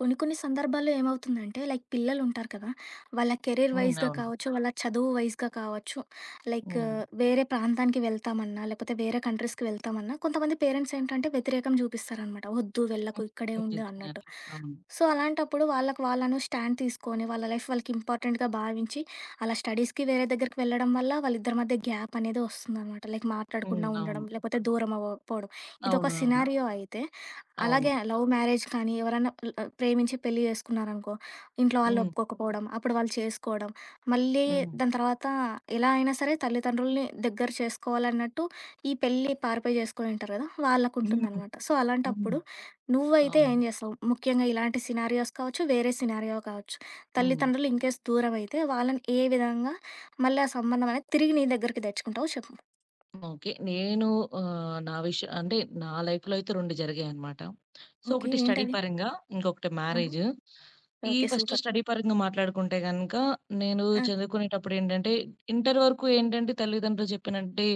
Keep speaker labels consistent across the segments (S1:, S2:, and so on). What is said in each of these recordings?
S1: కొన్ని కొన్ని సందర్భాల్లో ఏమవుతుందంటే లైక్ పిల్లలు ఉంటారు కదా, వాళ్ళ కెరీర్
S2: హ్మ్.
S1: వైస్‌గా
S2: అవును.
S1: కావచ్చు, వాళ్ళ చదువు వైస్‌గా కావచ్చు, లైక్
S2: హ్మ్.
S1: వేరే ప్రాంతానికి వెళ్తామన్నా, లేకపోతే వేరే కంట్రీస్‌కి వెళ్తామన్నా కొంతమంది పేరెంట్స్ ఏంటంటే వ్యతిరేకం చూపిస్తారనమాట. వద్దు వెళ్ళకు
S2: హ్మ్.
S1: ఇక్కడే
S2: హ్మ్.
S1: ఉండు అన్నట్టు.
S2: నిజంగానే. అవును.
S1: సో, అలాంటప్పుడు వాళ్ళకి వాళ్ళను స్టాండ్ తీసుకొని వాళ్ళ లైఫ్ వాళ్ళకి ఇంపార్టెంట్‌గా భావించి అలా స్టడీస్‌కి వేరే దగ్గరికి వెళ్ళడం వల్ల వాళ్ళిద్దరి మధ్య గ్యాప్ అనేది వస్తుందనమాట. లైక్
S2: హ్మ్.
S1: మాట్లాడకుండా
S2: అవును.
S1: ఉండడం, లేకపోతే దూరం అవ్వకపోవడం. ఇదొక
S2: అవును. అవును.
S1: సినారియో అయితే
S2: అవును.
S1: అలాగే లవ్ మ్యారేజ్ కానీ ఎవరైనా ప్రేమించి పెళ్లి చేసుకున్నారనుకో, ఇంట్లో వాళ్ళు
S2: హ్మ్.
S1: ఒప్పుకోకపోవడం, అప్పుడు వాళ్ళు చేసుకోవడం, మళ్ళీ
S2: హ్మ్.
S1: దాని తర్వాత ఎలా అయినా సరే తల్లిదండ్రులని దగ్గర చేసుకోవాలన్నట్టు ఈ పెళ్లి పారిపోయి చేసుకొని ఉంటారు కదా!
S2: హ్మ్.
S1: వాళ్ళకుంటుందనమాట. సో,
S2: హ్మ్.
S1: అలాంటప్పుడు నువ్వైతే
S2: అవును.
S1: ఏం చేస్తావు? ముఖ్యంగా ఇలాంటి సినారియోస్ కావచ్చు, వేరే సినారియో కావచ్చు.
S2: హ్మ్.
S1: తల్లిదండ్రులు ఇన్‌కేస్ దూరమైతే వాళ్ళని ఏ విధంగా మళ్ళీ ఆ సంబంధం అనేది తిరిగి నీ దగ్గరికి తెచ్చుకుంటావో చెప్పు?
S2: ఓకే. నేను ఆహ్, నా విష అంటే నా లైఫ్‌లో అయితే 2 జరిగాయనమాట. So,
S1: okay.
S2: ఒకటి స్టడీ
S1: ఏంటది?
S2: పరంగా, ఇంకొకటి
S1: ఆహా!
S2: మ్యారేజు. ఈ
S1: ఓకే.
S2: First
S1: super.
S2: స్టడీ పరంగా మాట్లాడుకుంటే గనక, నేను
S1: ఆ!
S2: చదువుకునేటప్పుడు ఏంటంటే, ఇంటర్ వరకు ఏంటంటే తల్లిదండ్రులు చెప్పినంటే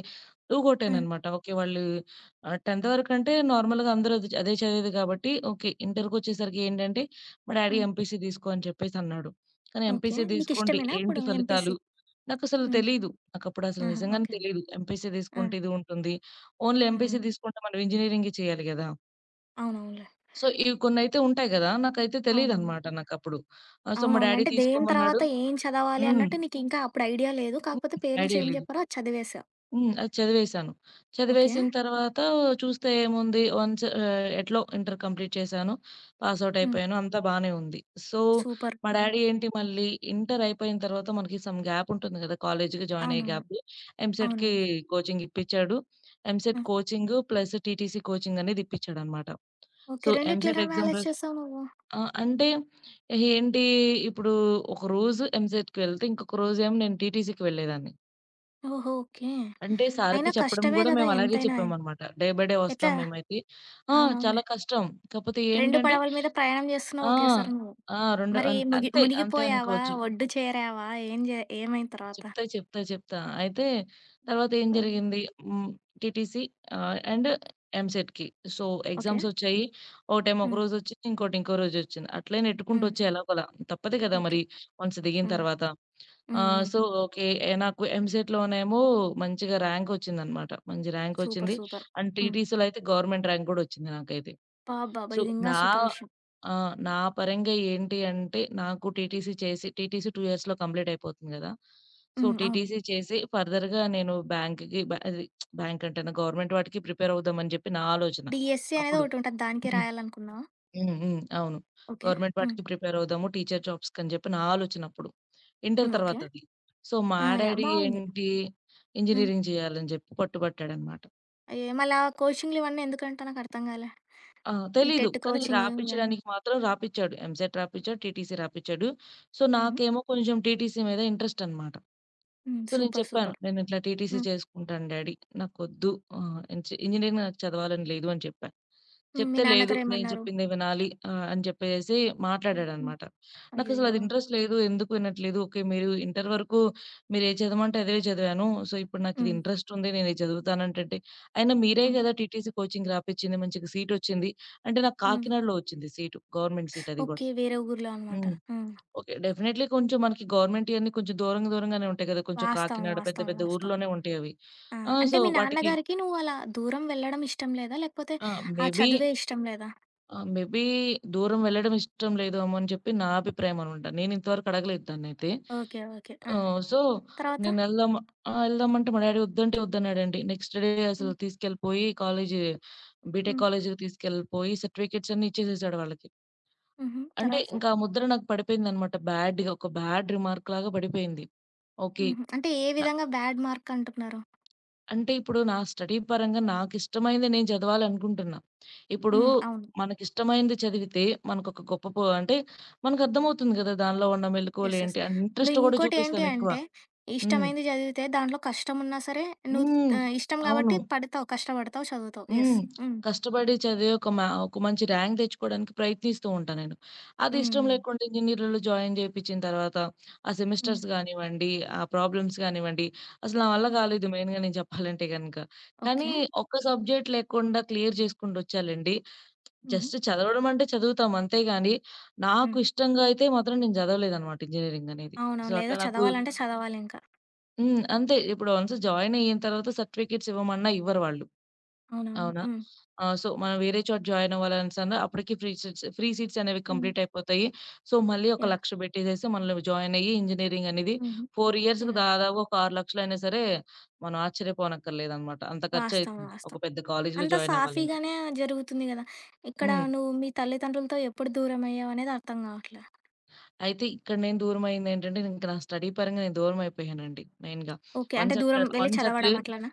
S1: ఆ!
S2: ఊగొట్టాననమాట. ఓకే. వాళ్ళు 10థ్ వరకంటే నార్మల్‌గా అందరూ అదే చదివేది కాబట్టి, ఓకే. ఇంటర్‌కొచ్చేసరికి ఏంటంటే, మా
S1: ఆ!
S2: డ్యాడీ ఎంపీసీ తీసుకో అని చెప్పేసన్నాడు. కానీ
S1: ఓకే.
S2: ఎంపీసీ తీసుకోండి
S1: నీకిష్టమేనా అప్పుడు
S2: ఏంటి ఫలితాలు?
S1: ఎంపీసీ?
S2: నాకసలు
S1: హ్మ్.
S2: తెలీదు. నాకప్పుడసలు
S1: ఆహా!
S2: నిజంగానే
S1: ఓకే.
S2: తెలీదు. ఎంపీసీ
S1: ఆ!
S2: తీసుకుంటే ఇది ఉంటుంది. ఓన్లీ ఎంపీసీ
S1: హ్మ్.
S2: తీసుకుంటే మనం ఇంజినీరింగే చేయాలి గదా!
S1: అవునవునులే.
S2: సో, ఇవి కొన్నైతే ఉంటాయి గదా! నాకైతే
S1: అవునవును.
S2: తెలీదనమాట నాకప్పుడు. ఆహ్, సో, మా
S1: అవునవునులే.
S2: డ్యాడీ
S1: అంటే దేని
S2: తీసుకోమన్నాడు.
S1: తర్వాత ఏం చదవాలి
S2: హ్మ్.
S1: అన్నట్టు నీకింకా అప్పుడు ఐడియా లేదు.
S2: హ్మ్.
S1: కాకపోతే పేరెంట్స్
S2: ఐడియా
S1: ఏం
S2: లేదు.
S1: చెప్పారో అది చదివేశావు.
S2: హ్మ్. అది చదివేశాను.
S1: ఓకే.
S2: చదివేసిన తర్వాత చూస్తే ఏముంది వన్స్ ఎట్లో ఇంటర్ కంప్లీట్ చేశాను. Pass out
S1: hmm.
S2: అయిపోయాను. అంతా బానే ఉంది. So,
S1: super.
S2: మా
S1: హ్మ్.
S2: డ్యాడీ ఏంటి మళ్ళీ ఇంటర్ అయిపోయిన తర్వాత మనకి సమ్ గ్యాప్ ఉంటుంది కదా! కాలేజ్‌కి జాయిన్ అయ్యే
S1: అవునవును.
S2: గ్యాప్‌లో ఎంసెట్‌కి
S1: అవునవును.
S2: కోచింగ్ ఇప్పించాడు.
S1: ఆ!
S2: EAMCET coaching plus TTC coaching అనేది ఇప్పించాడన్నమాట.
S1: ఓకే.
S2: సో,
S1: రెండిట్లో
S2: ఎంసెట్
S1: ఎలా
S2: ఎగ్జామ్
S1: బ్యాలెన్స్
S2: రస్
S1: చేసావు నువ్వు?
S2: ఆ! అంటే ఏంటి ఇప్పుడు ఒక రోజు ఎంసెట్‌కి వెళ్తే ఇంకొక రోజేమో నేను టీటీసీకి వెళ్ళేదాన్ని.
S1: ఓహో! ఓకే.
S2: అంటే సార్‌కి
S1: అయినా
S2: చెప్పడం
S1: కష్టమే
S2: గూడా
S1: గదా!
S2: మేము అలాగే
S1: ఎంతైనా.
S2: చెప్పామనమాట. డే బై డే వస్తాం
S1: ఎట్లా?
S2: మేమైతే. ఆ!
S1: అవునవునులే.
S2: చాలా కష్టం. కాపోతే
S1: 2
S2: ఏంటంటే
S1: పడవల మీద ప్రయాణం
S2: ఆ!
S1: చేస్తున్నావు ఒకేసారి నువ్వు.
S2: ఆ! 2
S1: మరి
S2: అన్ అంతే. అంతే
S1: మునిగిపోయావా?
S2: అనుకోవచ్చు.
S1: ఒడ్డు చేరావా? ఏం జే ఏమైంది తర్వాత?
S2: చెప్తా. అయితే తర్వాతేం
S1: ఆ!
S2: జరిగింది? హ్మ్. టీటీసీ ఆహ్, అండ్ ఎంసెట్‌కి. So,
S1: okay.
S2: ఎగ్జామ్సొచ్చాయి. ఒకటేమో ఒక
S1: హ్మ్.
S2: రోజొచ్చింది. ఇంకోటి ఇంకో రోజొచ్చింది. అట్లే
S1: హ్మ్.
S2: నెట్టుకుంటొచ్చా ఎలాగోలా. తప్పదు కదా
S1: ఓకే.
S2: మరి వన్స్ దిగిన
S1: హ్మ్.
S2: తర్వాత.
S1: Hmm.
S2: Ah,
S1: hmm.
S2: So, okay. నాకు ఎంసెట్‌లోనేమో మంచిగా ర్యాంకొచ్చిందనమాట. మంచి
S1: సూపర్.
S2: ర్యాంకొచ్చింది.
S1: సూపర్.
S2: అండ్
S1: హ్మ్.
S2: టీటీసీలో అయితే గవర్నమెంట్ ర్యాంక్ గూడా ఒచ్చింది నాకైతే.
S1: అబ్బబ్బబ్బా!
S2: సో,
S1: ఇదింగా
S2: నా
S1: సూపర్ విషయం.
S2: నా పరంగా ఏంటి అంటే, నాకు టీటీసీ చేసి 2 ఇయర్స్‌లో కంప్లీట్ అయిపోతుంది గదా! సో,
S1: హ్మ్. అవును.
S2: టీటీసీ చేసి ఫర్దర్‌గా నేను బ్యాంక్‌కి బ అది బ్యాంక్ అంటున్నా గవర్నమెంట్ వాటికి ప్రిపేర్ అవుదామని జెప్పి నా ఆలోచన
S1: డీఎస్సీ అనేది
S2: అప్పుడు.
S1: ఒకటుంటది. దానికి
S2: హ్మ్.
S1: రాయాలనుకున్నావా?
S2: హ్మ్. హ్మ్. అవును.
S1: ఓకే.
S2: గవర్నమెంట్
S1: హ్మ్.
S2: వాటికి ప్రిపేర్ అవుదాము. టీచర్ జాబ్స్‌కని జెప్పి నా ఆలోచన అప్పుడు. ఇంటర్
S1: హ్మ్. ఓకే.
S2: తర్వాతది. సో, మా
S1: ఆ! యాహ్!
S2: డ్యాడీ
S1: బావుంది.
S2: ఏంటి
S1: హ్మ్.
S2: ఇంజినీరింగ్ జేయాలని జెప్పి పట్టుబట్టాడనమాట.
S1: ఏ మళ్ళా కోచింగ్‌లు ఇవన్నీ ఎందుకంట నాకర్థం కాలే?
S2: ఆ!
S1: ఈ
S2: తెలీదు.
S1: టెట్
S2: కానీ
S1: కోచింగ్ ఇవన్నీ.
S2: రాపిచ్చడానికి మాత్రం రాపిచ్చాడు. ఎంసెట్ రాపిచ్చాడు, టీటీసీ రాపిచ్చాడు. సో,
S1: హుహు.
S2: నాకేమో కొంచెం టీటీసీ మీద ఇంట్రెస్ట్ అన్నమాట.
S1: హ్మ్.
S2: సో, నేను
S1: సూపర్.
S2: చెప్పాను.
S1: సూపర్.
S2: నేనిట్లా టీటీసీ
S1: హ్మ్.
S2: చేసుకుంటాను డ్యాడీ. నాకొద్దు, ఆహ్, ఇంచి ఇంజినీరింగ్ నాకు చదవాలని లేదు అని చెప్పా.
S1: హ్మ్. మీ
S2: చెప్తే లేదు. నేను
S1: నాన్నగారేమన్నారు?
S2: చెప్పిందే వినాలి అని చెప్పేసేసి
S1: హ్మ్.
S2: మాట్లాడాడనమాట.
S1: అయ్యయ్యో!
S2: నాకసలది ఇంట్రెస్ట్ లేదు. ఎందుకు వినట్లేదు? ఓకే. మీరు ఇంటర్ వరకు మీరేది చదవమంటే అదే చదివాను. సో, ఇప్పుడు నాకిది
S1: హ్మ్.
S2: ఇంట్రెస్ట్ ఉంది. నేనిది చదువుతానంటుంటే, అయినా మీరే
S1: హ్మ్.
S2: గదా టీటీసీ కోచింగ్ రాపిచ్చింది. మంచిగా సీటొచ్చింది. అంటే నాకు
S1: హ్మ్.
S2: కాకినాడలో వచ్చింది సీటు. గవర్నమెంట్ సీట్ అది గూడా.
S1: ఓకే. వేరే ఊర్లో అనమాట.
S2: హ్మ్.
S1: హ్మ్.
S2: ఓకే. డెఫినెట్‌లీ కొంచెం మనకి గవర్నమెంట్ ఇయన్నీ కొంచెం దూరంగానే ఉంటాయి కదా! కొంచెం
S1: వాస్తవం.
S2: కాకినాడ పెద్ద
S1: వాస్తవం.
S2: పెద్ద
S1: వాస్తవం.
S2: ఊర్లోనే ఉంటాయి అవి.
S1: ఆ! అంటే మీ
S2: వాటికి
S1: నాన్నగారికి నువ్వు అలా దూరం వెళ్ళడం ఇష్టం లేదా? లేకపోతే
S2: ఆ!
S1: ఆ
S2: మేబీ
S1: చదువే ఇష్టం లేదా?
S2: మేబీ దూరం వెళ్ళడం ఇష్టం లేదేమో అని చెప్పి నా అభిప్రాయం అనమాట. నేను ఇంతవరకు అడగలేదు దాన్నైతే.
S1: ఓకే. ఓకే. ఆ!
S2: ఆహ్, సో,
S1: తర్వాత?
S2: నేను ఎళ్దాం ఆ! ఎళ్దామంటే మా డ్యాడీ వద్దంటే వద్దన్నాడండి. నెక్స్ట్ డే అసలు
S1: హ్మ్.
S2: తీసుకెళ్ళిపోయి బీటెక్
S1: హ్మ్.
S2: కాలేజీకి తీసుకెళ్ళిపోయి సర్టిఫికేట్స్ అన్నీ ఇచ్చేసేసాడు వాళ్ళకి.
S1: హుహు.
S2: అంటే
S1: తర్వాత?
S2: ఇంకా ఆ ముద్ర నాకు పడిపోయిందనమాట. బ్యాడ్‌గా ఒక బ్యాడ్ రిమార్క్ లాగా పడిపోయింది. ఓకే.
S1: హుహు. అంటే ఏ విధంగా బ్యాడ్ మార్క్ అంటున్నారు?
S2: అంటే ఇప్పుడు నా స్టడీ పరంగా నాకిష్టమైనది నేను చదవాలనుకుంటున్నా. ఇప్పుడు
S1: హ్మ్. అవును.
S2: మనకిష్టమైనది చదివితే మనకొక గొప్ప పొ అంటే మనకర్థమవుతుంది గదా! దానిలో ఉన్న
S1: యెస్. యెస్.
S2: మెళకువలేంటి, అండ్ ఇంట్రెస్ట్
S1: నువ్వు
S2: గూడా
S1: ఇంకోటేంటి
S2: చూపిస్తాం ఎక్కువ.
S1: అంటే
S2: హ్మ్.
S1: ఇష్టమైంది చదివితే దాంట్లో కష్టమున్నా సరే నువ్వు
S2: హ్మ్.
S1: ఇష్టం
S2: అవును.
S1: కాబట్టి పడతావు, కష్టపడతావు, చదువుతావు. యెస్.
S2: హ్మ్.
S1: హ్మ్.
S2: కష్టపడి చదివి ఒక మంచి ర్యాంక్ తెచ్చుకోవడానికి ప్రయత్నిస్తూ ఉంటా నేను. అది
S1: హ్మ్.
S2: ఇష్టం
S1: హ్మ్.
S2: లేకుండా ఇంజినీర్‌లో జాయిన్ చేపిచ్చిన తర్వాత, ఆ
S1: హ్మ్.
S2: సెమిస్టర్స్ గానివ్వండి, ఆ ప్రాబ్లమ్స్ గానివ్వండి, అసలు నా వల్ల
S1: హ్మ్.
S2: కాలేదు మెయిన్‌గా నేను చెప్పాలంటే గనక. కానీ
S1: ఓకే.
S2: ఒక్క సబ్జెక్ట్ లేకుండా క్లియర్ చేసుకుంటూ వచ్చాలండి.
S1: హుహు.
S2: జస్ట్ చదవడం అంటే చదువుతాం అంతే గాని, నాకు
S1: హ్మ్.
S2: ఇష్టంగా అయితే మాత్రం నేను చదవలేదనమాట ఇంజినీరింగ్ అనేది. సో,
S1: అవునవునులే.
S2: అట్లా
S1: ఏదో
S2: నాకు
S1: చదవాలంటే చదవాలింక.
S2: హ్మ్. అంతే ఇప్పుడు వన్స్ జాయిన్ అయిన తర్వాత సర్టిఫికేట్స్ ఇవ్వమన్నా ఇవ్వరు వాళ్ళు.
S1: అవునవును.
S2: అవునా?
S1: హ్మ్.
S2: మనం వేరే చోట జాయిన్ అవ్వాలనేసన్న అప్పటికి ఫ్రీ సీట్స్ అనేవి
S1: హ్మ్.
S2: కంప్లీట్ అయిపోతాయి. సో, మళ్ళీ ఒక
S1: యాహ్!
S2: 1,00,000 పెట్టేసేసి మనలో జాయిన్ అయ్యి ఇంజినీరింగ్ అనేది
S1: హుహు.
S2: 4 ఇయర్స్‌కి
S1: యాహ్!
S2: దాదాపు ఒక 6,00,000 అయినా సరే మనం ఆశ్చర్యపోనక్కర్లేదన్నమాట. అంత
S1: వాస్తవం.
S2: ఖర్చయితుంది. ఒక
S1: వాస్తవం.
S2: పెద్ద కాలేజీలో
S1: అంతా
S2: జాయిన్ అవ్వాలంటే.
S1: సాఫీగానే జరుగుతుంది గదా! ఇక్కడ
S2: హ్మ్.
S1: నువ్వు మీ తల్లిదండ్రులతో ఎప్పుడు దూరమయ్యావనేది అర్థం గావట్లే.
S2: అయితే ఇక్కడ నేను దూరమయింది ఏంటంటే ఇంక నా స్టడీ పరంగా నేను దూరం అయిపోయానండి మెయిన్‌గా.
S1: ఓకే. అంటే
S2: వన్స్ అక్కడ
S1: దూరం వెళ్లి
S2: వన్స్ అట్లే
S1: చదవడం అట్లనా?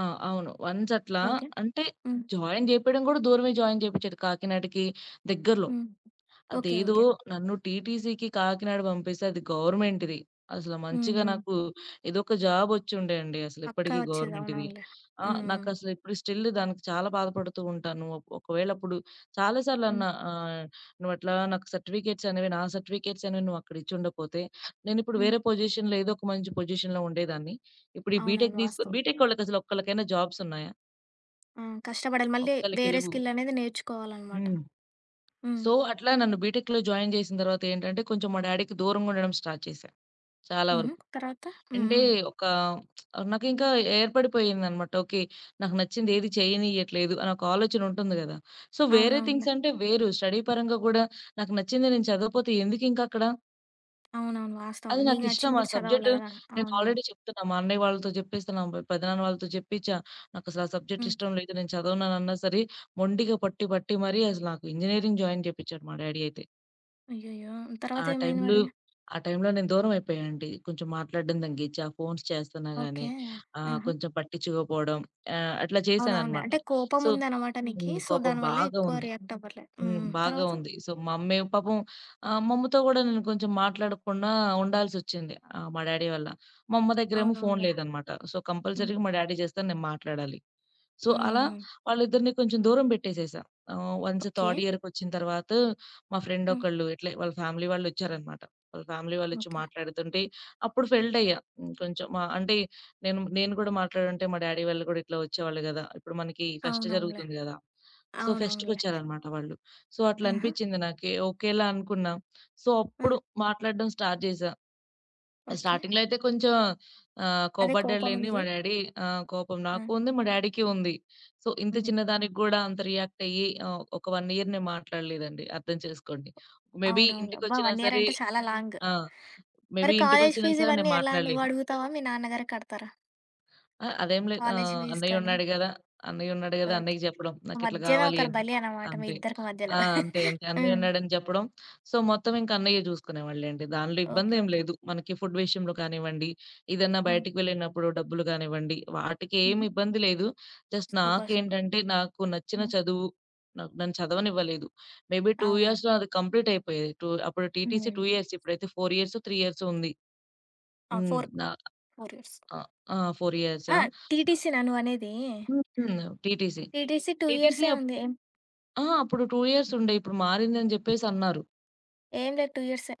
S2: ఆ! అవును. వన్స్ అట్లా
S1: ఓకే.
S2: అంటే
S1: హ్మ్.
S2: జాయిన్ జేపియడం గూడా దూరమే జాయిన్ జేపిచ్చాడు. కాకినాడకి దగ్గరలో.
S1: హ్మ్. ఓకే.
S2: అదేదో
S1: ఓకే.
S2: నన్ను టీటీసీకి కాకినాడ పంపిస్తే అది గవర్నమెంట్‌ది. అసలు
S1: హ్మ్.
S2: మంచిగా
S1: హ్మ్.
S2: నాకు ఏదో ఒక జాబ్ వచ్చుండే అండి అసలు
S1: పక్క
S2: ఇప్పటికి
S1: వచ్చేది.
S2: గవర్నమెంట్‌ది.
S1: అవునవునులే.
S2: ఆ!
S1: హ్మ్. హ్మ్.
S2: నాకసలు ఇప్పుడు స్టిల్ దానికి చాలా బాధపడుతూ ఉంటాను. ఒకవేళ అప్పుడు చాలా సార్లు
S1: హ్మ్.
S2: అన్నా, "నువ్వట్లా నాకు సర్టిఫికేట్స్ అనేవి నా సర్టిఫికేట్స్ అనేవి నువ్వు అక్కడ ఇచ్చుండకపోతే, నేనిప్పుడు
S1: హ్మ్.
S2: వేరే పొజిషన్‌లో ఏదో ఒక మంచి పొజిషన్‌లో ఉండేదాన్ని. ఇప్పుడు ఈ బీటెక్
S1: అవునవును.
S2: తీసుకో."
S1: వాస్తవం.
S2: బీటెక్ వాళ్ళకసలు ఒక్కళ్ళకైనా జాబ్స్ ఉన్నాయా?
S1: ఆ! కష్టపడాలి. మళ్ళీ
S2: ఒక్కళ్ళకి
S1: వేరే
S2: లేవు.
S1: స్కిల్ అనేది నేర్చుకోవాలనమాట.
S2: హ్మ్.
S1: హ్మ్.
S2: సో, అట్లా నన్ను బీటెక్‌లో జాయిన్ జేసిన తర్వాత ఏంటంటే, కొంచెం మా డ్యాడీకి దూరంగా ఉండడం స్టార్ట్ చేశా చాలా
S1: హుహు.
S2: వరకు.
S1: తర్వాత? హ్మ్.
S2: అంటే
S1: హ్మ్.
S2: ఒక నాకింకా ఏర్పడిపోయిందనమాట. ఓకే. నాకు నచ్చింది ఏది చేయనీయట్లేదు అని ఒక ఆలోచన ఉంటుంది గదా! సో, వేరే
S1: అవునవునులే.
S2: థింగ్స్ అంటే వేరు. స్టడీ పరంగా గూడా నాకు నచ్చింది నేను చదవపోతే ఎందుకింక అక్కడ?
S1: అవునవును.
S2: అది
S1: వాస్తవం. నీకు
S2: నాకిష్టం.
S1: నచ్చింది
S2: ఆ
S1: కూడా
S2: సబ్జెక్ట్
S1: చదవాలి గదా!
S2: నేను
S1: అవునవును.
S2: ఆల్రెడీ చెప్తున్నా. మా అన్నయ్య వాళ్ళతో జెప్పేస్తున్నా. మా పెదనాన్న వాళ్ళతో జెప్పిచ్చా. నాకసలు ఆ సబ్జెక్ట్
S1: హ్మ్.
S2: ఇష్టం లేదు. నేను చదవననన్నా సరే మొండిగా పట్టి పట్టి మరీ అసలు నాకు ఇంజినీరింగ్ జాయిన్ జేపిచ్చాడు మా డ్యాడీ అయితే.
S1: అయ్యయ్యో! తర్వాత
S2: ఆ
S1: ఏమైంది
S2: టైంలో
S1: మరి?
S2: ఆ టైంలో నేను దూరం అయిపోయానండి. కొంచెం మాట్లాడడం తగ్గించి, ఆ ఫోన్స్ చేస్తున్నా గానీ,
S1: ఓకే. ఆహా!
S2: కొంచెం పట్టించుకోకపోవడం, అట్లా
S1: అవునవునులే.
S2: చేశాననమాట.
S1: అంటే కోపం
S2: సో,
S1: ఉందనమాట. హ్మ్. నీకి.
S2: హ్మ్.
S1: సో,
S2: కోపం
S1: దానివల్ల
S2: బాగా
S1: ఎక్కువ
S2: ఉంది.
S1: రియాక్ట్ హ్మ్. అవ్వర్లే.
S2: హ్మ్.
S1: హ్మ్.
S2: బాగా
S1: తర్వాత?
S2: ఉంది. సో, మా అమ్మేమో పాపం, మా అమ్మతో గూడా నేను కొంచెం మాట్లాడకుండా ఉండాల్సొచ్చింది. మా డ్యాడీ వల్ల. మా అమ్మ దగ్గరేమో ఫోను
S1: అవునవునులే.
S2: లేదనమాట. సో,
S1: హుహు.
S2: కంపల్సరీగా మా డ్యాడీ చేస్తేనే నేను మాట్లాడాలి. సో,
S1: హ్మ్.
S2: అలా
S1: హ్మ్.
S2: వాళ్ళిద్దరిని కొంచెం దూరం పెట్టేసేసా. Once
S1: okay.
S2: థర్డ్ ఇయర్‌కొచ్చిన తర్వాత మా ఫ్రెండ్
S1: హ్మ్.
S2: ఒకళ్ళు ఇట్లే వాళ్ళ ఫ్యామిలీ వాళ్ళొచ్చారనమాట. వాళ్ళ ఫ్యామిలీ వాళ్ళొచ్చి
S1: ఓకే.
S2: మాట్లాడుతుంటే అప్పుడు ఫెల్ట్ అయ్యా. హ్మ్. కొంచెం మా అంటే నేను నేను కూడా మాట్లాడుంటే మా డ్యాడీ వాళ్ళు కూడా ఇట్లా వచ్చేవాళ్ళు గదా! ఇప్పుడు మనకి ఫెస్ట్
S1: అవునవునులే.
S2: జరుగుతుంది గదా! సో,
S1: అవునవునులే.
S2: ఫెస్ట్‌కొచ్చారనమాట వాళ్ళు. సో, అట్లా
S1: ఆహా!
S2: అనిపిచ్చింది నాకి. ఓకేలా అనుకున్నా. సో,
S1: ఆ!
S2: అప్పుడు మాట్లాడడం స్టార్ట్ చేశా.
S1: ఓకే.
S2: స్టార్టింగ్‌లో అయితే కొంచెం,
S1: అదే
S2: కోపడ్డాడులెండి మా
S1: కోపముంది.
S2: డ్యాడీ. కోపం
S1: ఆ!
S2: నాకు ఉంది, మా డ్యాడీకి ఉంది. సో, ఇంత
S1: హుహు.
S2: చిన్న దానికి గూడా అంత రియాక్ట్ అయ్యి, ఒక 1 ఇయర్ నేను మాట్లాడలేదండి. అర్థం చేసుకోండి. మేబీ
S1: అవునవునులే. అబ్బా!
S2: ఇంటికొచ్చినా
S1: 1 ఇయర్
S2: సరే
S1: అంటే చాలా హ్మ్. లాంగ్.
S2: ఆ!
S1: మరి
S2: మేబీ
S1: కాలేజ్
S2: ఇంటికొచ్చినా
S1: ఫీజ్
S2: సరే నేను
S1: ఇవన్నీ ఎలా? నువ్వు
S2: మాట్లాడలేదు.
S1: అడుగుతావా? మీ నాన్నగారే కడతారా?
S2: ఆ! అదేం లేదు.
S1: కాలేజ్ ఫీజ్
S2: అన్నయ్య
S1: కానీ
S2: ఉన్నాడు గదా! అన్నయ్య ఉన్నాడు గదా!
S1: ఓకే.
S2: అన్నయ్యకి జెప్పడం. నాకిట్లా
S1: మధ్యన
S2: గావాలి
S1: ఒకరు
S2: అని.
S1: బలి అనమాట మీ
S2: అంతే.
S1: ఇద్దరికి మధ్యలో.
S2: ఆ! అంతే. అంతే. అన్నయ్య
S1: హ్మ్.
S2: ఉన్నాడని జెప్పడం. సో, మొత్తం ఇంక అన్నయ్య జూసుకునేవాళ్ళండి. దానిలో
S1: ఓకే.
S2: ఇబ్బందేం
S1: ఓకే.
S2: లేదు. మనకి ఫుడ్ విషయంలో కానివ్వండి, ఏదన్నా
S1: హ్మ్.
S2: బయటికి వెళ్ళినప్పుడు డబ్బులు కానివ్వండి,
S1: హుహు.
S2: వాటికేమి ఇబ్బంది లేదు. Just
S1: super. సూపర్.
S2: నాకేంటంటే, నాకు నచ్చిన
S1: హ్మ్.
S2: చదువు నాకు నన్ను చదవనివ్వలేదు. మేబీ 2
S1: అవునా?
S2: ఇయర్స్‌లో అది కంప్లీట్ అయిపోయేది. టూ అప్పుడు టీటీసీ
S1: హ్మ్.
S2: 2 ఇయర్స్. ఇప్పుడైతే 4 ఇయర్సో, 3 ఇయర్సో ఉంది.
S1: ఆ!
S2: హ్మ్.
S1: 4
S2: నా
S1: 4 ఇయర్స్.
S2: ఆ! ఆ! 4 ఇయర్సా?
S1: ఆ! టీటీసీనా నువ్వనేది?
S2: హ్మ్. టీటీసీ.
S1: టీటీసీ 2
S2: టీటీసీ
S1: ఇయర్సే
S2: అప్
S1: ఉంది. ఏం
S2: ఆ! అప్పుడు 2 ఇయర్స్ ఉండే. ఇప్పుడు మారిందని జెప్పేసి అన్నారు.
S1: ఏం లేదు 2 ఇయర్సే.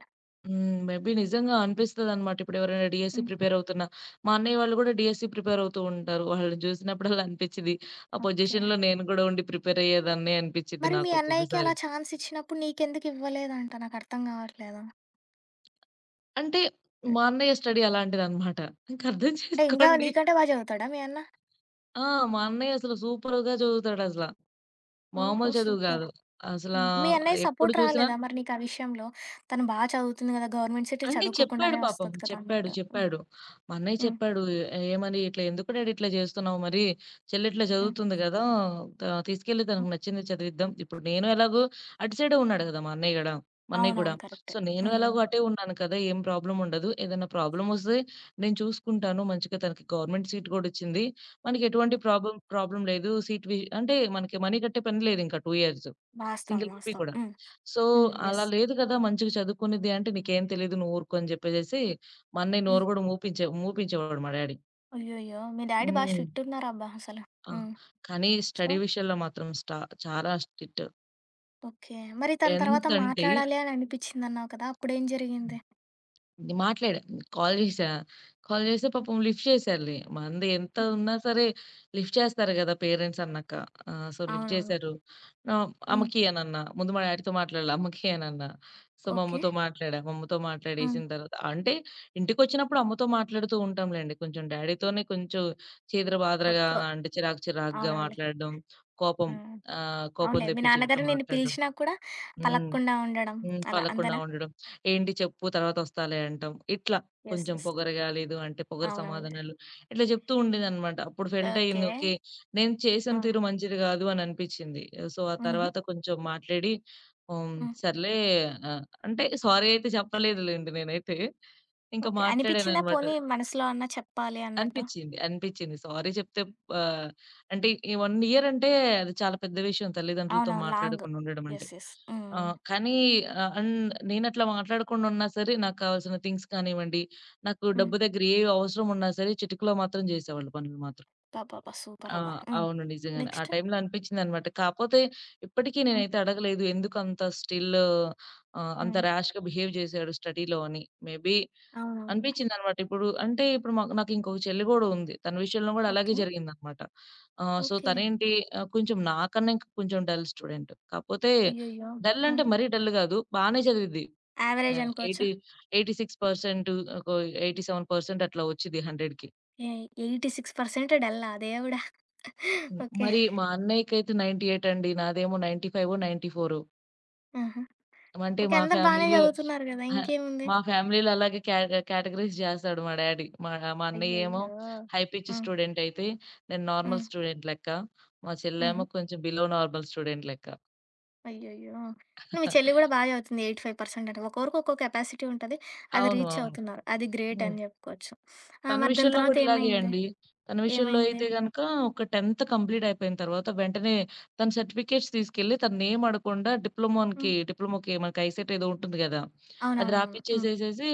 S2: హ్మ్. మేబీ నిజంగా అనిపిస్తదనమాట. ఇప్పుడెవరైనా డీఎస్సీ
S1: హ్మ్.
S2: ప్రిపేర్ అవుతున్నా, మా అన్నయ్య వాళ్ళు గూడా డీఎస్సీ ప్రిపేర్ అవుతూ ఉంటారు. వాళ్ళని చూసినప్పుడల్లా అనిపిచ్చిది. ఆ
S1: ఓకే.
S2: పొజిషన్‌లో నేను గూడా ఉండి ప్రిపేర్ అయ్యేదాన్నే అనిపిచ్చిద్ది
S1: మరి మీ
S2: నాకు
S1: అన్నయ్యకి అలా
S2: ఒక్కొక్కసారి.
S1: ఛాన్స్ ఇచ్చినప్పుడు నీకెందుకు ఇవ్వలేదంట? నాకర్థం కావట్లేదు.
S2: అంటే మా అన్నయ్య స్టడీ అలాంటిదనమాట. ఇంక అర్థం
S1: అంటే ఇంకా
S2: చేసుకోండి.
S1: నీకంటే బా చదువుతాడా మీ అన్న?
S2: ఆ! మా అన్నయ్య అసలు సూపర్‌గా చదువుతాడసల.
S1: ఓహో!
S2: మామూలు చదువు
S1: సూపర్.
S2: గాదు. అసలా
S1: హ్మ్. మీ అన్నయ్య
S2: ఎప్పుడు
S1: సపోర్ట్
S2: చూసినా
S1: రాలేదా మరి నీకా విషయంలో? తను బా చదువుతుంది కదా! గవర్నమెంట్ సీట్
S2: అంటే చెప్పాడు
S1: చదువుకోకుండానే
S2: పాపం.
S1: వస్తది కదా!
S2: చెప్పాడు.
S1: అన్నట్టు. హ్మ్.
S2: చెప్పాడు. మా అన్నయ్య
S1: హ్మ్.
S2: చెప్పాడు. " ఏమని ఇట్లా ఎందుకు డాడీ ఇట్లా జేస్తున్నావు మరి? చెల్లి ఇట్లా
S1: హ్మ్.
S2: చదువుతుంది గదా! త తీసుకెళ్ళి తనకు
S1: హ్మ్.
S2: నచ్చింది చదివిద్దాం." ఇప్పుడు నేను ఎలాగో అటు సైడే ఉన్నాడు గదా! మా అన్నయ్య కూడా.
S1: అవునవును. కరెక్టే.
S2: సో, నేను
S1: హ్మ్. హ్మ్.
S2: ఎలాగో అటే ఉన్నాను కదా! ఏం ప్రాబ్లమ్ ఉండదు. ఏదైనా ప్రాబ్లమ్ వస్తే నేను చూసుకుంటాను. మంచిగా తనకి గవర్నమెంట్ సీట్ గూడా వచ్చింది. మనకి ఎటువంటి
S1: హ్మ్.
S2: ప్రాబ్లమ్ ప్రాబ్లమ్ లేదు. సీట్ వి అంటే మనకి మనీ కట్టే పని లేదింకా 2 ఇయర్స్.
S1: వాస్తవం.
S2: సింగిల్ రూపీ
S1: వాస్తవం.
S2: కూడా.
S1: హ్మ్.
S2: సో,
S1: హ్మ్.
S2: అలా
S1: యెస్.
S2: లేదు కదా! మంచిగా చదువుకునిద్ది అంటే, "నీకేం తెలీదు నువ్వు ఊరుకో" అని జెప్పేసేసి, మా అన్నయ్య నోరు గూడా మూపించేవాడు మా డ్యాడీ.
S1: అయ్యయ్యో! మీ డ్యాడీ బా
S2: హ్మ్.
S1: స్ట్రిక్ట్ ఉన్నారబ్బా అసలు.
S2: ఆ!
S1: హ్మ్.
S2: కానీ
S1: సో,
S2: స్టడీ విషయంలో మాత్రం చాలా స్ట్రిక్ట్.
S1: ఓకే. మరి తన తర్వాత
S2: ఎంతంటే
S1: మాట్లాడాలి అని అనిపిచ్చిందన్నావు కదా! అప్పుడేం జరిగింది?
S2: మాట్లాడా. కాల్ జేశా. కాల్ జేస్తే పాపం లిఫ్ట్ చేశారులే. మంది ఎంత
S1: హ్మ్.
S2: ఉన్నా సరే లిఫ్ట్ చేస్తారు గదా! పేరెంట్స్ అన్నాక. లిఫ్ట్
S1: అవునవును.
S2: చేశారు.
S1: హ్మ్.
S2: అమ్మకి అనన్నా. ముందు మా డ్యాడీతో మాట్లాడలే. అమ్మకి అనన్నా. సో, మా
S1: ఓకే.
S2: అమ్మతో మాట్లాడా. మా అమ్మతో
S1: హ్మ్.
S2: మాట్లాడేసిన తర్వాత అంటే ఇంటికొచ్చినప్పుడు అమ్మతో మాట్లాడుతూ ఉంటాంలేండి. కొంచెం డ్యాడీతోనే కొంచెం చీదర బాదరగా
S1: తక్కువ.
S2: అంటే చిరాకుగా
S1: అవునవునులే.
S2: మాట్లాడడం. కోపం,
S1: హ్మ్.
S2: కోపం
S1: అవునులే. మీ
S2: తెప్పించినట్టు
S1: నాన్నగారు నిన్ను
S2: మాట్లాడడం.
S1: పిలిచినా కూడా
S2: హ్మ్.
S1: పలకకుండా ఉండడం
S2: హ్మ్.
S1: అలా
S2: పలకుండా
S1: అంతేనా?
S2: ఉండడం. ఏంటి చెప్పు తర్వాతొస్తాలే అంటాం. ఇట్లా
S1: యెస్.
S2: కొంచెం
S1: యెస్.
S2: పొగరు గాలేదు అంటే పొగరు
S1: అవునవునులే.
S2: సమాధానాలు ఇట్లా చెప్తూ ఉండేదనమాట. అప్పుడు ఫెల్ట్ అయింది.
S1: ఓకే.
S2: ఓకే. నేను చేసిన
S1: ఆ!
S2: తీరు మంచిది గాదు అని అనిపిచ్చింది. సో, ఆ
S1: హుహు.
S2: తర్వాత కొంచెం మాట్లాడి హ్మ్.
S1: హ్మ్.
S2: సర్లే, అంటే సారీ అయితే చెప్పలేదులెండి నేనైతే. ఇంకా
S1: ఓకే. అనిపిచ్చిందా
S2: మాట్లాడాననమాట.
S1: పోనీ మనసులో అన్నా చెప్పాలి అన్నట్టు?
S2: అనిపిచ్చింది. అనిపిచ్చింది. సారీ చెప్తే ఆహ్, అంటే ఈ 1 ఇయర్ అంటే అది చాలా పెద్ద విషయం తల్లిదండ్రులతో
S1: అవునవును. లాంగ్.
S2: మాట్లాడకుండా ఉండడం అంటే.
S1: యెస్. యెస్. హ్మ్.
S2: ఆహ్, కానీ ఆహ్, అండ్ నేనట్లా మాట్లాడకుండా ఉన్నా సరే, నాకు కావాల్సిన థింగ్స్ కానివ్వండి, నాకు
S1: హ్మ్.
S2: డబ్బు దగ్గర ఏ అవసరం ఉన్నా సరే, చిటికలో మాత్రం జేసేవాళ్ళు పనులు మాత్రం.
S1: అబ్బబ్బబ్బా!
S2: ఆ!
S1: సూపరబ్బా! హ్మ్.
S2: అవును. నిజంగానే. ఆ
S1: నెక్స్ట్?
S2: టైంలో అనిపిచ్చిందనమాట. కాపోతే ఇప్పటికీ
S1: హ్మ్.
S2: నేనైతే అడగలేదు. ఎందుకంత స్టిల్, అంత
S1: హ్మ్.
S2: ర్యాష్‌గా బిహేవ్ జేశాడు స్టడీలో అని. మేబీ
S1: అవునవునులే.
S2: అనిపించిందనమాట. ఇప్పుడు అంటే ఇప్పుడు మాకు నాకు ఇంకొక చెల్లి గూడా ఉంది. తన విషయంలో గూడా అలాగే
S1: ఓకే.
S2: జరిగిందనమాట.
S1: ఓకే.
S2: తనేంటి, కొంచెం నాకన్నా ఇంకా కొంచెం డల్ స్టూడెంట్. కాకపోతే
S1: అయ్యయ్యో!
S2: డల్
S1: హ్మ్.
S2: అంటే మరీ డల్ గాదు. బానే చదివిద్ది.
S1: యావరేజ్
S2: ఆహ్,
S1: అనుకోవచ్చా?
S2: ఎయిటీ 86% ఒక 87% అట్లా వచ్చిద్ది 100కి.
S1: ఏ 86% డల్లా దేవుడా!
S2: హ్మ్.
S1: ఓకే.
S2: మరి మా అన్నయ్యకైతే 98 అండి. నాదేమో 95 94
S1: ఆహా!
S2: అంటే
S1: ఓకే.
S2: మా
S1: అందరూ బానే
S2: ఫ్యామిలీలో
S1: చదువుతున్నారు గదా!
S2: అహా!
S1: ఇంకేముంది?
S2: మా ఫ్యామిలీలో అలాగే కేటగరీస్ జేస్తాడు మా డ్యాడీ. మా మా అన్నయ్యేమో
S1: అయ్యయ్యో!
S2: హై పిచ్
S1: హ్మ్.
S2: స్టూడెంటయితే, నేను నార్మల్
S1: హ్మ్.
S2: స్టూడెంట్ లెక్క. మా
S1: హుహు.
S2: చెల్లేమో కొంచెం బిలో నార్మల్ స్టూడెంట్ లెక్క.
S1: అయ్యయ్యో! మీ చెల్లి గూడా బా చదువుతుంది 85% అంటే. ఒక్కొక్కరికి ఒక్కో కెపాసిటీ ఉంటది. అది
S2: అవును.
S1: రీచ్
S2: అవును.
S1: అవుతున్నారు. అది గ్రేట్
S2: హ్మ్.
S1: అని జెప్పుకోవచ్చు. ఆ!
S2: తన
S1: మరి దాని
S2: విషయంలో
S1: తర్వాత
S2: గూడా ఇలాగే
S1: ఏమైంది?
S2: అండి. తన విషయంలో
S1: ఏమైంది?
S2: అయితే గనక ఒక 10థ్ కంప్లీట్ అయిపోయిన తర్వాత వెంటనే తన సర్టిఫికేట్స్ తీసుకెళ్ళి తననేం అడగకుండా
S1: హ్మ్.
S2: డిప్లొమాకి మనకి ఐసెట్ ఏదో ఉంటుంది గదా! అది
S1: అవునవునవును. హ్మ్.
S2: రాపిచ్చేసేసేసి,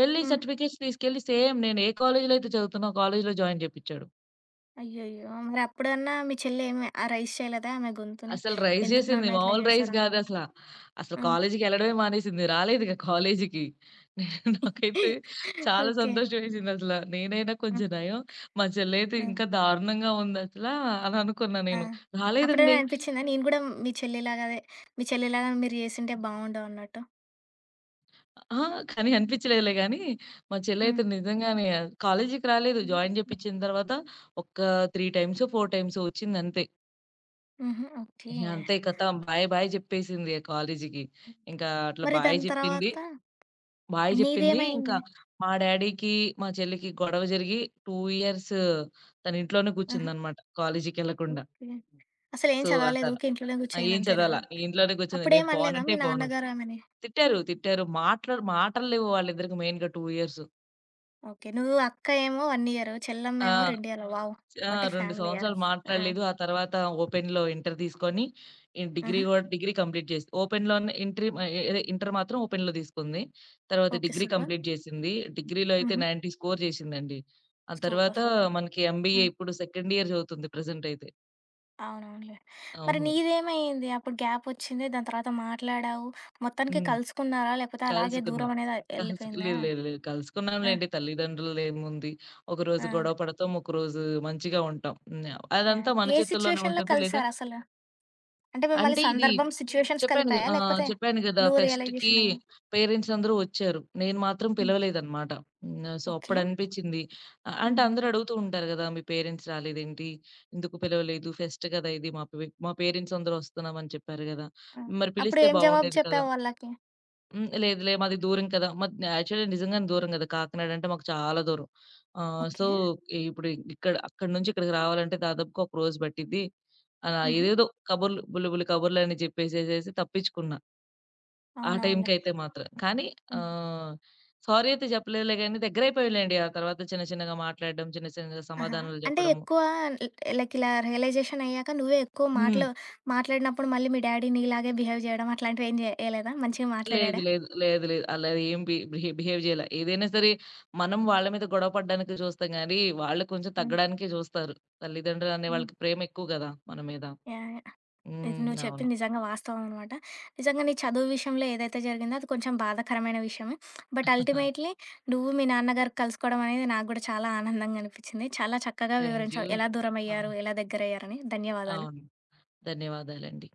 S2: వెళ్ళి
S1: హ్మ్.
S2: సర్టిఫికేట్స్ తీసుకెళ్ళి సేమ్ నేను ఏ కాలేజీలో అయితే చదువుతున్నా ఆ కాలేజీలో జాయిన్ జేపిచ్చాడు.
S1: అయ్యయ్యో! మరి అప్పుడన్నా మీ చెల్లి ఏమి ఆ రైజ్ చేయలేదా ఆమె గొంతుని?
S2: అసలు రైస్
S1: ఎందుకు
S2: చేసింది.
S1: నాన్న ఇట్లా
S2: మామూలు రైస్
S1: చేశారన్నదా?
S2: గాదసల. అసలు
S1: ఆ!
S2: కాలేజికెళ్ళడమే మానేసింది. రాలేదిక కాలేజికి. నేను నాకైతే చాలా
S1: ఓకే.
S2: సంతోషమేసిందసల. నేనైనా
S1: హ్మ్.
S2: కొంచెం నయం. మా చెల్లయితే
S1: హ్మ్.
S2: ఇంకా దారుణంగా ఉందసల అని అనుకున్నా
S1: ఆ!
S2: నేను. రాలేదండి.
S1: అప్పుడేమైనా అనిపిచ్చిందా నేను గూడా మీ చెల్లిలాగా అదే మీ చెల్లిలాగా మీరు జేసుంటే బావుండు అన్నట్టు?
S2: అహా! కానీ అనిపిచ్చలేదులే గానీ, మా
S1: హ్మ్.
S2: చెల్లయితే నిజంగానే కాలేజికి రాలేదు. జాయిన్ జేపిచ్చిన తర్వాత ఒక్క 3 టైమ్సో, 4 టైమ్సో వచ్చిందంతే.
S1: హుహు. ఓకే.
S2: ఇహ అంతే కథం. బాయ్ బాయ్ జెప్పేసింది ఆ కాలేజికి. ఇంకా అట్లా
S1: మరి
S2: బాయ్
S1: దాని
S2: జెప్పింది.
S1: తర్వాత
S2: బాయ్ జెప్పింది. ఇంకా
S1: నీదేమైంది?
S2: మా డ్యాడీకి, మా చెల్లికి గొడవ జరిగి 2 ఇయర్స్ తను ఇంట్లోనే
S1: ఆహా!
S2: కూర్చుందనమాట. కాలేజీకెళ్ళకుండా.
S1: ఓకే. అసలేం
S2: సో,
S1: చదవలేదు. ఊకే ఇంట్లోనే
S2: ఆ!
S1: గూర్చోయింది
S2: ఏం
S1: అంతేనా?
S2: చదవలా. ఇంట్లోనే కూర్చుంది. నేను
S1: అప్పుడేమనలేదా
S2: పోనంటే
S1: మీ
S2: పోను.
S1: నాన్నగారు ఆమెని?
S2: తిట్టారు, తిట్టారు. మాట్లాడు మాటలు లేవు వాళ్ళిద్దరికి మెయిన్‌గా 2 ఇయర్స్.
S1: ఓకే. నువ్వు అక్క ఏమో 1 ఇయరు.
S2: ఆ!
S1: చెల్లమ్మేమో 2 ఇయర్లు. వావ్!
S2: ఆ!
S1: వాట్ ఏ
S2: 2
S1: ఫ్యామిలీ యార్!
S2: సంవత్సరాలు
S1: ఆ!
S2: మాట్లాడలేదు. ఆ తర్వాత ఓపెన్‌లో ఇంటర్ తీసుకొని, ఈ డిగ్రీ
S1: ఆహా!
S2: గూడా డిగ్రీ కంప్లీట్ చేసి ఓపెన్‌లోనే ఇంట్రీ ఆహ్, ఎ అదే ఇంటర్ మాత్రం ఓపెన్‌లో తీసుకుంది. తర్వాత
S1: ఓకే.
S2: Degree
S1: super.
S2: కంప్లీట్ చేసింది. డిగ్రీలో అయితే
S1: హుహు.
S2: 90 స్కోర్ చేసిందండి. ఆ
S1: సూపర్.
S2: తర్వాత
S1: సూపర్.
S2: మనకి ఎంబీఏ
S1: హ్మ్.
S2: ఇప్పుడు సెకండ్ ఇయర్ చదువుతుంది ప్రెజెంట్ అయితే.
S1: అవునవునులే. మరి
S2: అవును.
S1: నీదేమైంది? అప్పుడు గ్యాపొచ్చింది. దాని తర్వాత మాట్లాడావు. మొత్తానికి
S2: హ్మ్.
S1: కలుసుకున్నారా? లేకపోతే అలాగే
S2: కలుసుకున్నాం.
S1: దూరం అనేది ఎళ్ళిపోయిందా?
S2: లేదు, లేదు, లేదు.
S1: ఆ!
S2: కలుసుకున్నాంలేండి. తల్లిదండ్రులదేముంది.
S1: ఆ!
S2: ఒకరోజు గొడవ పడతాం. ఒకరోజు మంచిగా ఉంటాం. హ్మ్.
S1: యాహ్!
S2: అదంతా మన
S1: ఏ
S2: చేతుల్లోనే
S1: సిట్యుయేషన్‌లో
S2: ఉంటుంది. లేదా
S1: కలిసారసలు? అంటే మిమ్మల్ని
S2: అంటే ఇది
S1: సందర్భం, సిట్యుయేషన్స్
S2: చెప్పాను గదా!
S1: కలిపాయా?
S2: ఆ!
S1: లేకపోతే
S2: చెప్పాను గదా!
S1: నువ్వు
S2: ఫెస్ట్‌కి
S1: రియలైజేషన్ అయ్యి
S2: పేరెంట్స్ అందరూ వచ్చారు. నేను మాత్రం
S1: హ్మ్.
S2: పిలవలేదనమాట. హ్మ్. So,
S1: okay.
S2: అప్పుడనిపిచ్చింది. అంటే
S1: హుహు.
S2: అందరూ అడుగుతూ ఉంటారు గదా! మీ పేరెంట్స్ రాలేదేంటి? ఎందుకు పిలవలేదు? ఫెస్ట్ గదా! ఇది. మా పేరెంట్స్ అందరూ వస్తున్నామని చెప్పారు గదా!
S1: ఆ!
S2: మరి
S1: అప్పుడు
S2: పిలిస్తే
S1: ఏం జవాబు
S2: బావుండేది కదా!
S1: చెప్పావు వాళ్ళకి?
S2: హ్మ్. లేదులే మాది దూరం కదా! మాది యాక్చువల్లీ నిజంగానే దూరం గదా! కాకినాడ అంటే మాకు చాలా దూరం. ఆహ్, సో,
S1: ఓకే.
S2: ఇప్పుడు ఇక్కడ అక్కడి నుంచి ఇక్కడికి రావాలంటే దాదాపుగా ఒక రోజు పట్టిద్ది. అలా
S1: హుహు.
S2: ఏదేదో కబుర్లు బుల్లి బుల్లి కబుర్లని చెప్పేసేసేసి తప్పించుకున్నా. ఆ
S1: అవునవునులే.
S2: టైంకైతే మాత్రం. కానీ,
S1: హ్మ్.
S2: ఆహ్, సారీ అయితే చెప్పలేదులే గానీ దగ్గరైపోయాంలెండి. ఆ తర్వాత చిన్న చిన్నగా మాట్లాడడం, చిన్న చిన్నగా
S1: ఆహా!
S2: సమాధానాలు
S1: అంటే
S2: చెప్పడము.
S1: ఎక్కువ ల్ లైక్ ఇలా రియలైజేషన్ అయ్యాక నువ్వే ఎక్కువ
S2: హ్మ్.
S1: మాటలు మాట్లాడినప్పుడు మళ్ళీ మీ డ్యాడీ నీలాగే బిహేవ్ చేయడం అట్లాంటివేం చేయలేదా? మంచిగా
S2: లేదు.
S1: మాట్లాడాడా?
S2: లేదు. లేదు. లేదు. అలా ఏం బి బిహే బిహేవ్ జేయలే. ఏదైనా సరే మనం వాళ్ళ మీద గొడవ పడడానికి చూస్తాం గానీ, వాళ్ళు కొంచెం
S1: హ్మ్.
S2: తగ్గడానికే చూస్తారు. తల్లిదండ్రులనే
S1: హ్మ్.
S2: వాళ్ళకి ప్రేమ ఎక్కువ గదా! మన మీద.
S1: యాహ్! యాహ్! ఇది
S2: హ్మ్.
S1: నువ్వు
S2: అవును.
S1: చెప్పింది నిజంగా వాస్తవం అనమాట. నిజంగా నీ చదువు విషయంలో ఏదైతే జరిగిందో అది కొంచెం బాధాకరమైన విషయమే. బట్ అల్టిమేట్‌లీ నువ్వు మీ నాన్నగారు కలుసుకోవడం అనేది నాకు గూడా చాలా ఆనందంగా అనిపిచ్చింది. చాలా చక్కగా
S2: థాంక్ యూ.
S1: వివరించావు. ఎలా దూరమయ్యారు?
S2: అవును.
S1: ఎలా దగ్గరయ్యారని. ధన్యవాదాలు.
S2: అవును. ధన్యవాదాలండి.